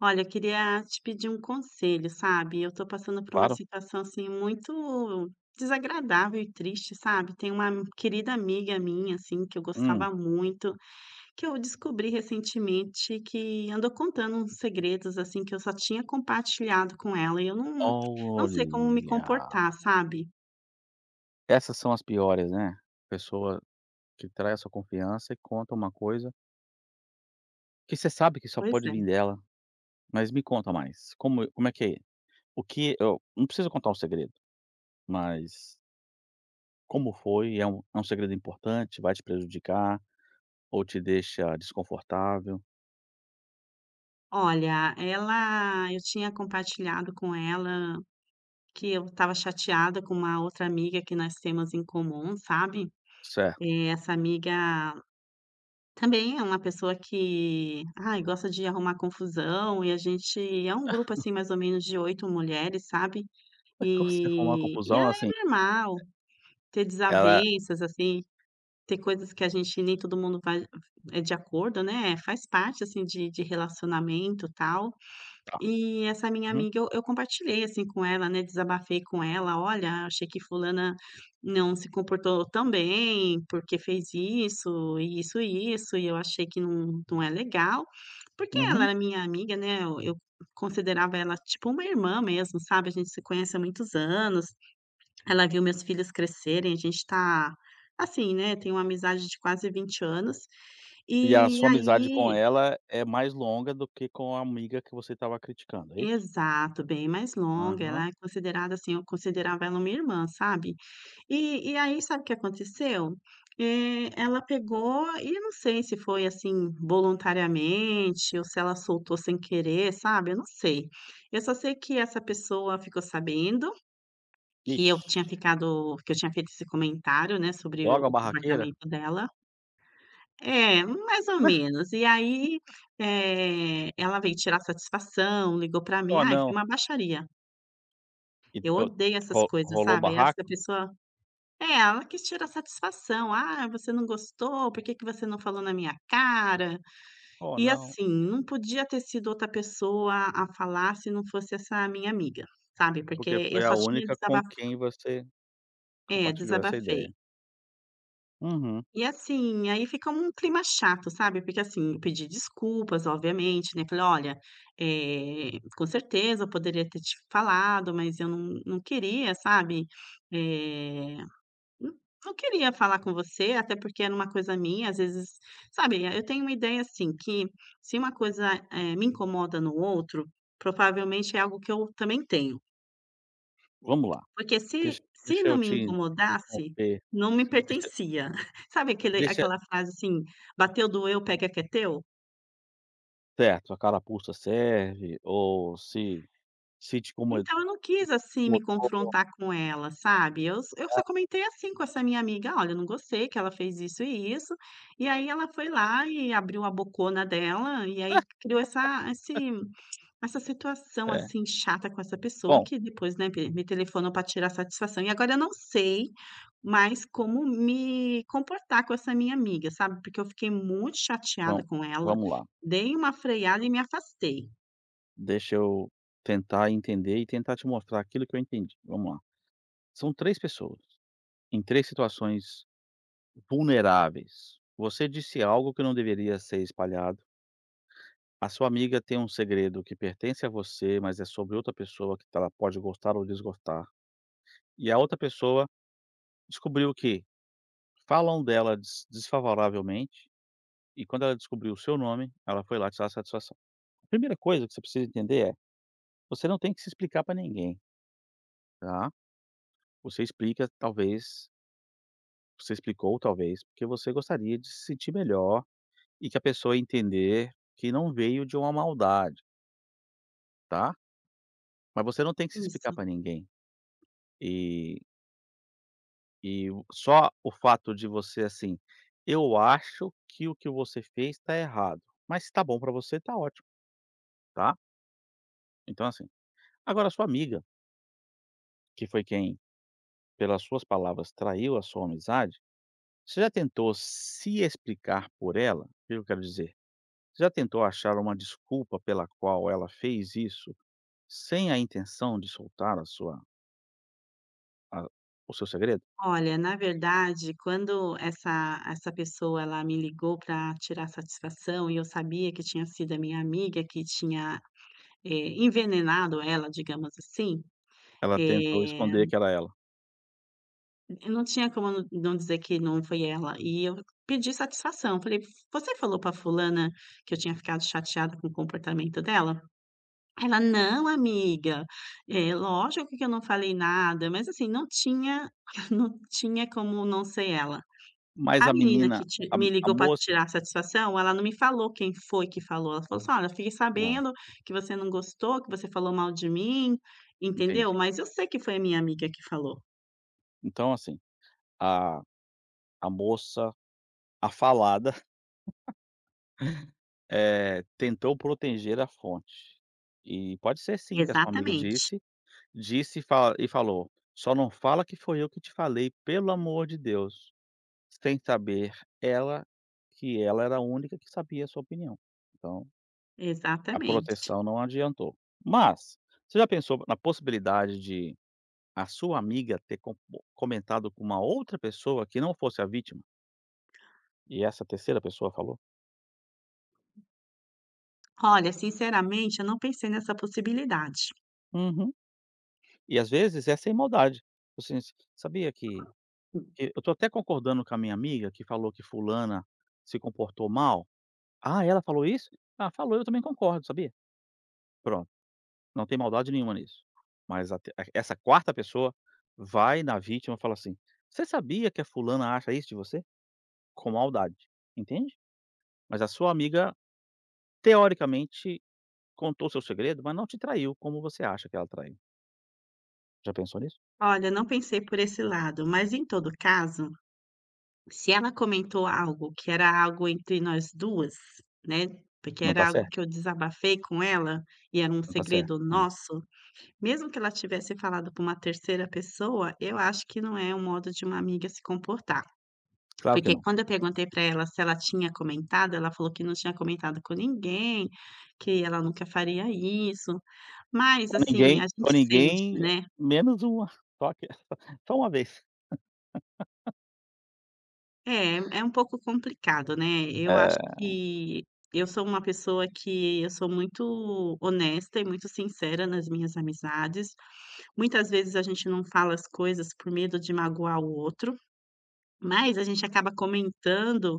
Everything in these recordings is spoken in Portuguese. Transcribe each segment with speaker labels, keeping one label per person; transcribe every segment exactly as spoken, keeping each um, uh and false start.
Speaker 1: Olha, eu queria te pedir um conselho, sabe? Eu tô passando por uma
Speaker 2: Claro.
Speaker 1: situação assim muito desagradável e triste, sabe? Tem uma querida amiga minha, assim, que eu
Speaker 2: Hum.
Speaker 1: gostava muito, que eu descobri recentemente que andou contando uns segredos, assim, que eu só tinha compartilhado com ela e eu não, não sei como me comportar,
Speaker 2: Olha,
Speaker 1: sabe?
Speaker 2: essas são as piores, né. Pessoa que trai a sua confiança e conta uma coisa que você sabe que só
Speaker 1: Pois
Speaker 2: pode
Speaker 1: é.
Speaker 2: vir dela. Mas me conta mais, como como é que é? O que eu não preciso contar o segredo, mas como foi? É um é um segredo importante, vai te prejudicar ou te deixa desconfortável?
Speaker 1: Olha, ela, eu tinha compartilhado com ela que eu estava chateada com uma outra amiga que nós temos em comum, sabe?
Speaker 2: Certo.
Speaker 1: Eh, essa amiga também é uma pessoa que, ai, gosta de arrumar confusão e a gente é um grupo, assim, mais ou menos de oito mulheres, sabe.
Speaker 2: Mas quando você arrumar uma
Speaker 1: E e é
Speaker 2: confusão, assim,
Speaker 1: normal ter
Speaker 2: ela
Speaker 1: desavenças, assim, ter coisas que a gente nem todo mundo vai é de acordo, né, faz parte, assim, de de relacionamento, e tal.
Speaker 2: tá.
Speaker 1: E essa minha
Speaker 2: Uhum,
Speaker 1: amiga eu eu compartilhei, assim, com ela, né, desabafei com ela: "Olha, achei que fulana não se comportou tão bem, porque fez isso, e isso e isso, e eu achei que não não é legal", porque ela
Speaker 2: uhum.
Speaker 1: era minha amiga, né, eu eu considerava ela tipo uma irmã mesmo, sabe, a gente se conhece há muitos anos, ela viu meus filhos crescerem, a gente tá, assim, né, tem uma amizade de quase vinte anos.
Speaker 2: E a
Speaker 1: E
Speaker 2: sua amizade com
Speaker 1: aí
Speaker 2: ela é mais longa do que com a amiga que você estava criticando, é isso?
Speaker 1: exato, bem mais longa,
Speaker 2: Aham.
Speaker 1: ela é considerada assim, eu considerava ela uma irmã, sabe. E e aí sabe o que aconteceu? Eh, ela pegou e eu não sei se foi, assim, voluntariamente ou se ela soltou sem querer, sabe, eu não sei. Eu só sei que essa pessoa ficou sabendo que eu tinha
Speaker 2: Ixi,
Speaker 1: ficado que eu tinha feito esse comentário, né, sobre o
Speaker 2: logo a barraqueira?
Speaker 1: comportamento dela. É, mais ou menos. E aí, eh, ela veio tirar satisfação, ligou para mim,
Speaker 2: Oh,
Speaker 1: ai, foi
Speaker 2: não.
Speaker 1: uma baixaria.
Speaker 2: E d
Speaker 1: Eu
Speaker 2: o
Speaker 1: odeio essas
Speaker 2: ro
Speaker 1: coisas,
Speaker 2: rolou
Speaker 1: sabe, aí
Speaker 2: barraco?
Speaker 1: essa pessoa é, ela que tira a satisfação: "Ah, você não gostou, por que que você não falou na minha cara?"
Speaker 2: Oh,
Speaker 1: E
Speaker 2: não,
Speaker 1: assim, não podia ter sido outra pessoa a falar se não fosse essa minha amiga, sabe, porque
Speaker 2: porque
Speaker 1: eu
Speaker 2: foi
Speaker 1: só
Speaker 2: a
Speaker 1: tinha
Speaker 2: única com
Speaker 1: desaba
Speaker 2: quem você
Speaker 1: é,
Speaker 2: compartilhou essa
Speaker 1: desabafei.
Speaker 2: ideia. Uhum.
Speaker 1: E assim, aí fica um clima chato, sabe, porque assim, eu pedi desculpas, obviamente, né, falei: "Olha, eh, com certeza eu poderia ter te falado, mas eu não não queria, sabe, eh" Hum, eu queria falar com você, até porque era uma coisa minha, às vezes, sabe, eu tenho uma ideia assim, que se uma coisa, eh, me incomoda no outro, provavelmente é algo que eu também tenho.
Speaker 2: Vamos lá,
Speaker 1: Porque se
Speaker 2: deixa
Speaker 1: se
Speaker 2: deixa
Speaker 1: não
Speaker 2: eu
Speaker 1: me
Speaker 2: te
Speaker 1: incomodasse,
Speaker 2: interromper,
Speaker 1: não me
Speaker 2: deixa
Speaker 1: pertencia. Sabe aquele
Speaker 2: deixa
Speaker 1: aquela frase assim: "Bateu, doeu, pega que é teu"?
Speaker 2: certo, a carapuça serve ou se se te incomo se
Speaker 1: Então eu não quis,
Speaker 2: te
Speaker 1: assim, me
Speaker 2: incomodou
Speaker 1: confrontar com ela, sabe. Eu s eu só comentei, assim, com essa minha amiga: "Olha, eu não gostei que ela fez isso e isso". E aí ela foi lá e abriu a bocona dela, e aí criou essa esse essa situação,
Speaker 2: é.
Speaker 1: assim, chata com essa pessoa
Speaker 2: Bom,
Speaker 1: que depois, né, me me telefonou para tirar satisfação. E agora eu não sei mais como me comportar com essa minha amiga, sabe, porque eu fiquei muito
Speaker 2: vam
Speaker 1: chateada com ela,
Speaker 2: vamos lá,
Speaker 1: dei uma freada e me afastei.
Speaker 2: deixa eu tentar entender e tentar te mostrar aquilo que eu entendi, vamos lá. São três pessoas, em três situações vulneráveis. Você disse algo que não deveria ser espalhado. A sua amiga tem um segredo que pertence a você, mas é sobre outra pessoa que ela pode gostar ou desgostar. E a outra pessoa descobriu que falam dela des desfavoravelmente, e quando ela descobriu o seu nome, ela foi lá tirar satisfação. A primeira coisa que você precisa entender é: você não tem que se explicar para ninguém, tá. Você explica talvez você explicou talvez, porque você gostaria de se sentir melhor e que a pessoa entender que não veio de uma maldade, tá. Mas você não tem que se explicar
Speaker 1: Isso.
Speaker 2: pra ninguém. E e o só o fato de você, assim: "Eu acho que o que você fez tá errado, mas se tá bom pra você, tá ótimo, tá?". Então, assim, agora a sua amiga, que foi quem, pelas suas palavras, traiu a sua amizade, você já tentou se explicar por ela? O que eu quero dizer? Você já tentou achar uma desculpa pela qual ela fez isso, sem a intenção de soltar a sua a o seu segredo?
Speaker 1: Olha, na verdade, quando essa essa pessoa, ela me ligou para tirar satisfação e eu sabia que tinha sido a minha amiga que tinha, eh, envenenado ela, digamos assim,
Speaker 2: Ela tentou
Speaker 1: eh,
Speaker 2: esconder que era ela.
Speaker 1: eu não tinha como não não dizer que não foi ela. E eu pedi satisfação, falei: "Você falou para fulana que eu tinha ficado chateada com o comportamento dela?" Ela: "Não, amiga, eh, lógico que eu não falei nada", mas assim, não tinha não tinha como não ser ela.
Speaker 2: Mas
Speaker 1: A
Speaker 2: a
Speaker 1: menina
Speaker 2: menina,
Speaker 1: que ti
Speaker 2: a
Speaker 1: me
Speaker 2: a
Speaker 1: ligou para
Speaker 2: moça,
Speaker 1: tirar satisfação, ela não me falou quem foi que falou, ela falou assim: "Olha, fiquei
Speaker 2: ah,
Speaker 1: sabendo que você não gostou, que você falou mal de mim", entendeu.
Speaker 2: entendi.
Speaker 1: Mas eu sei que foi a minha amiga que falou.
Speaker 2: Então assim, a a moça, afalada, eh, tentou proteger a fonte. E pode ser sim que a sua amiga
Speaker 1: Exatamente,
Speaker 2: disse, disse e fa e falou: "Só não fala que foi eu que te falei, pelo amor de Deus", sem saber ela que ela era a única que sabia a sua opinião. Então, a
Speaker 1: exatamente.
Speaker 2: proteção não adiantou. Mas, você já pensou na possibilidade de a sua amiga ter com comentado com uma outra pessoa que não fosse a vítima, e essa terceira pessoa falou?
Speaker 1: Olha, sinceramente, eu não pensei nessa possibilidade.
Speaker 2: Uhum. E às vezes é sem maldade. Você sabia que
Speaker 1: Hum.
Speaker 2: que eu tô até concordando com a minha amiga que falou que fulana se comportou mal. "Ah, ela falou isso?" "Ah, falou, eu também concordo, sabia?" Pronto, não tem maldade nenhuma nisso. Mas a te a- essa quarta pessoa vai na vítima e fala assim: "Você sabia que a fulana acha isso de você?" Com maldade, entende? Mas a sua amiga, teoricamente, contou seu segredo, mas não te traiu como você acha que ela traiu. Já pensou nisso?
Speaker 1: Olha, não pensei por esse lado, mas em todo caso, se ela comentou algo que era algo entre nós duas, né? Porque
Speaker 2: Não
Speaker 1: era
Speaker 2: tá
Speaker 1: algo que
Speaker 2: certo?
Speaker 1: eu desabafei com ela e era um
Speaker 2: Não tá certo.
Speaker 1: segredo
Speaker 2: É.
Speaker 1: nosso, mesmo que ela tivesse falado para uma terceira pessoa, eu acho que não é um modo de uma amiga se comportar.
Speaker 2: Claro que
Speaker 1: Porque
Speaker 2: não.
Speaker 1: quando eu perguntei para ela se ela tinha comentado, ela falou que não tinha comentado com ninguém, que ela nunca faria isso. Mas
Speaker 2: Com
Speaker 1: assim, a
Speaker 2: ninguém com
Speaker 1: gente sente,
Speaker 2: ninguém,
Speaker 1: né?
Speaker 2: menos uma. Só que só uma vez.
Speaker 1: É, é um pouco complicado, né. Eu acho
Speaker 2: Eh,
Speaker 1: que eu sou uma pessoa que eu sou muito honesta e muito sincera nas minhas amizades. Muitas vezes a gente não fala as coisas por medo de magoar o outro, mas a gente acaba comentando,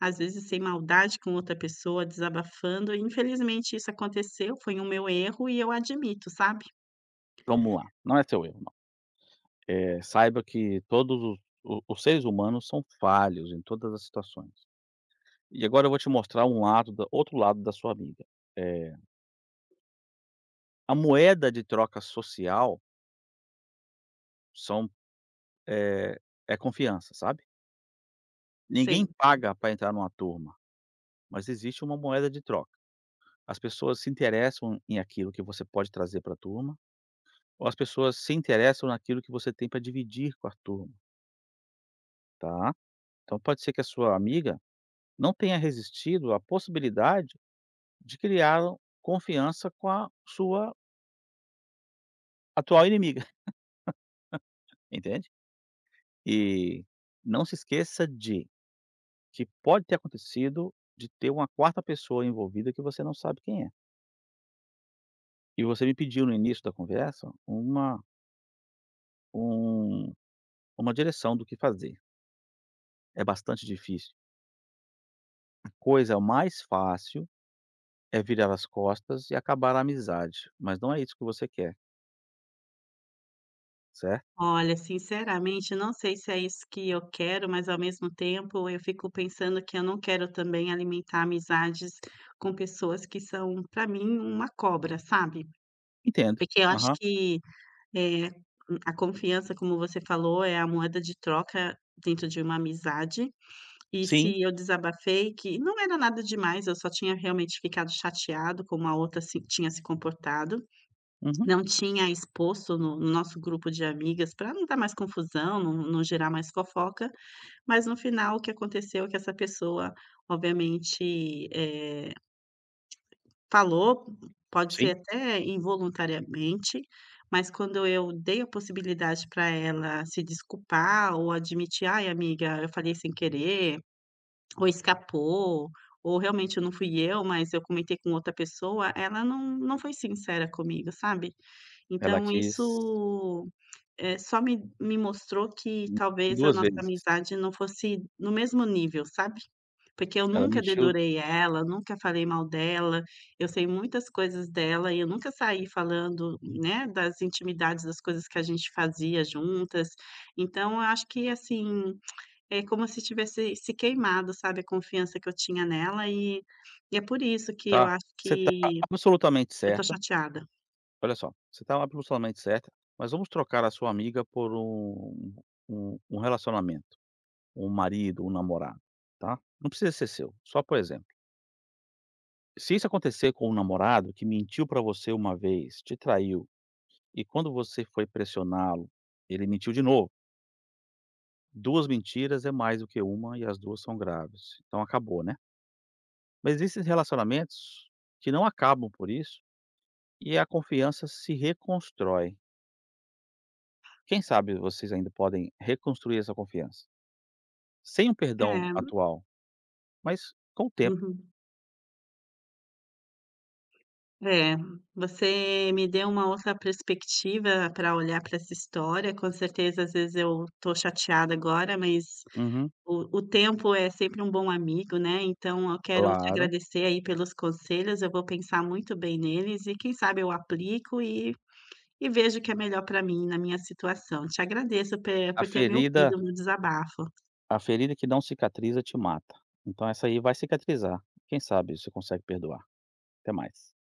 Speaker 1: às vezes sem maldade com outra pessoa, desabafando e infelizmente isso aconteceu, foi um meu erro e eu admito, sabe,
Speaker 2: vamos lá, não é seu erro não. Eh, saiba que todos os o os seres humanos são falhos em todas as situações. E agora eu vou te mostrar um lado da outro lado da sua amiga. Eh, a moeda de troca social são, eh, é confiança, sabe. Ninguém
Speaker 1: sempre.
Speaker 2: paga para entrar numa turma, mas existe uma moeda de troca. As pessoas se interessam em aquilo que você pode trazer para a turma, ou as pessoas se interessam naquilo que você tem para dividir com a turma, tá? Então pode ser que a sua amiga não tenha resistido à possibilidade de criar confiança com a sua atual inimiga, entende? E não se esqueça de que pode ter acontecido de ter uma quarta pessoa envolvida que você não sabe quem é. E você me pediu no início da conversa uma um uma direção do que fazer. É bastante difícil. Coisa mais fácil é virar as costas e acabar a amizade, mas não é isso que você quer, certo?
Speaker 1: Olha, sinceramente, não sei se é isso que eu quero, mas ao mesmo tempo eu fico pensando que eu não quero também alimentar amizades com pessoas que são, para mim, uma cobra, sabe?
Speaker 2: Entendo.
Speaker 1: Porque eu acho
Speaker 2: Aham.
Speaker 1: que eh, a confiança, como você falou, é a moeda de troca dentro de uma amizade. E
Speaker 2: Sim,
Speaker 1: se eu desabafei, que não era nada demais, eu só tinha realmente ficado chateado como a outra se- tinha se comportado.
Speaker 2: uhum,
Speaker 1: Não tinha exposto no no nosso grupo de amigas para não dar mais confusão, não não gerar mais fofoca, mas no final o que aconteceu é que essa pessoa, obviamente, eh, falou, pode
Speaker 2: sim.
Speaker 1: ser até involuntariamente, mas quando eu dei a possibilidade para ela se desculpar ou admitir: "Ai amiga, eu falei sem querer", ou escapou, ou realmente não fui eu, mas eu comentei com outra pessoa, ela não não foi sincera comigo, sabe.
Speaker 2: Ela
Speaker 1: Então
Speaker 2: quis
Speaker 1: isso eh, só me me mostrou que
Speaker 2: mentiu
Speaker 1: talvez a
Speaker 2: duas
Speaker 1: nossa
Speaker 2: vezes.
Speaker 1: amizade não fosse no mesmo nível, sabe. Porque eu
Speaker 2: Ela
Speaker 1: nunca
Speaker 2: mentiu
Speaker 1: dedurei ela, nunca falei mal dela, eu sei muitas coisas dela e eu nunca saí falando, né, das intimidades, das coisas que a gente fazia juntas. Então eu acho que, assim, é como se tivesse se queimado, sabe, a confiança que eu tinha nela e e é por isso que eu
Speaker 2: tá,
Speaker 1: acho
Speaker 2: você está
Speaker 1: que
Speaker 2: absolutamente
Speaker 1: eu tô
Speaker 2: certa,
Speaker 1: chateada.
Speaker 2: olha só, você está absolutamente certa, mas vamos trocar a sua amiga por um um um relacionamento, um marido, um namorado, tá? Não precisa ser seu, só por exemplo. Se isso acontecer com um namorado que mentiu pra você uma vez, te traiu. E quando você foi pressioná-lo, ele mentiu de novo. Duas mentiras é mais do que uma e as duas são graves. Então acabou, né. Mas existem relacionamentos que não acabam por isso e a confiança se reconstrói. Quem sabe vocês ainda podem reconstruir essa confiança, sem um perdão
Speaker 1: É,
Speaker 2: atual, mas com o tempo.
Speaker 1: uhum. É, você me deu uma outra perspectiva para olhar para essa história. Com certeza, às vezes eu estou chateada agora, mas
Speaker 2: Uhum,
Speaker 1: o, o tempo é sempre um bom amigo, né? Então, eu quero te
Speaker 2: claro.
Speaker 1: agradecer aí pelos conselhos. Eu vou pensar muito bem neles e, quem sabe, eu aplico e, e vejo o que é melhor para mim na minha situação. Te agradeço pe-
Speaker 2: A
Speaker 1: por ter me ouvido
Speaker 2: ferida
Speaker 1: no desabafo.
Speaker 2: a ferida que não cicatriza te mata. Então essa aí vai cicatrizar. Quem sabe você consegue perdoar. Até mais.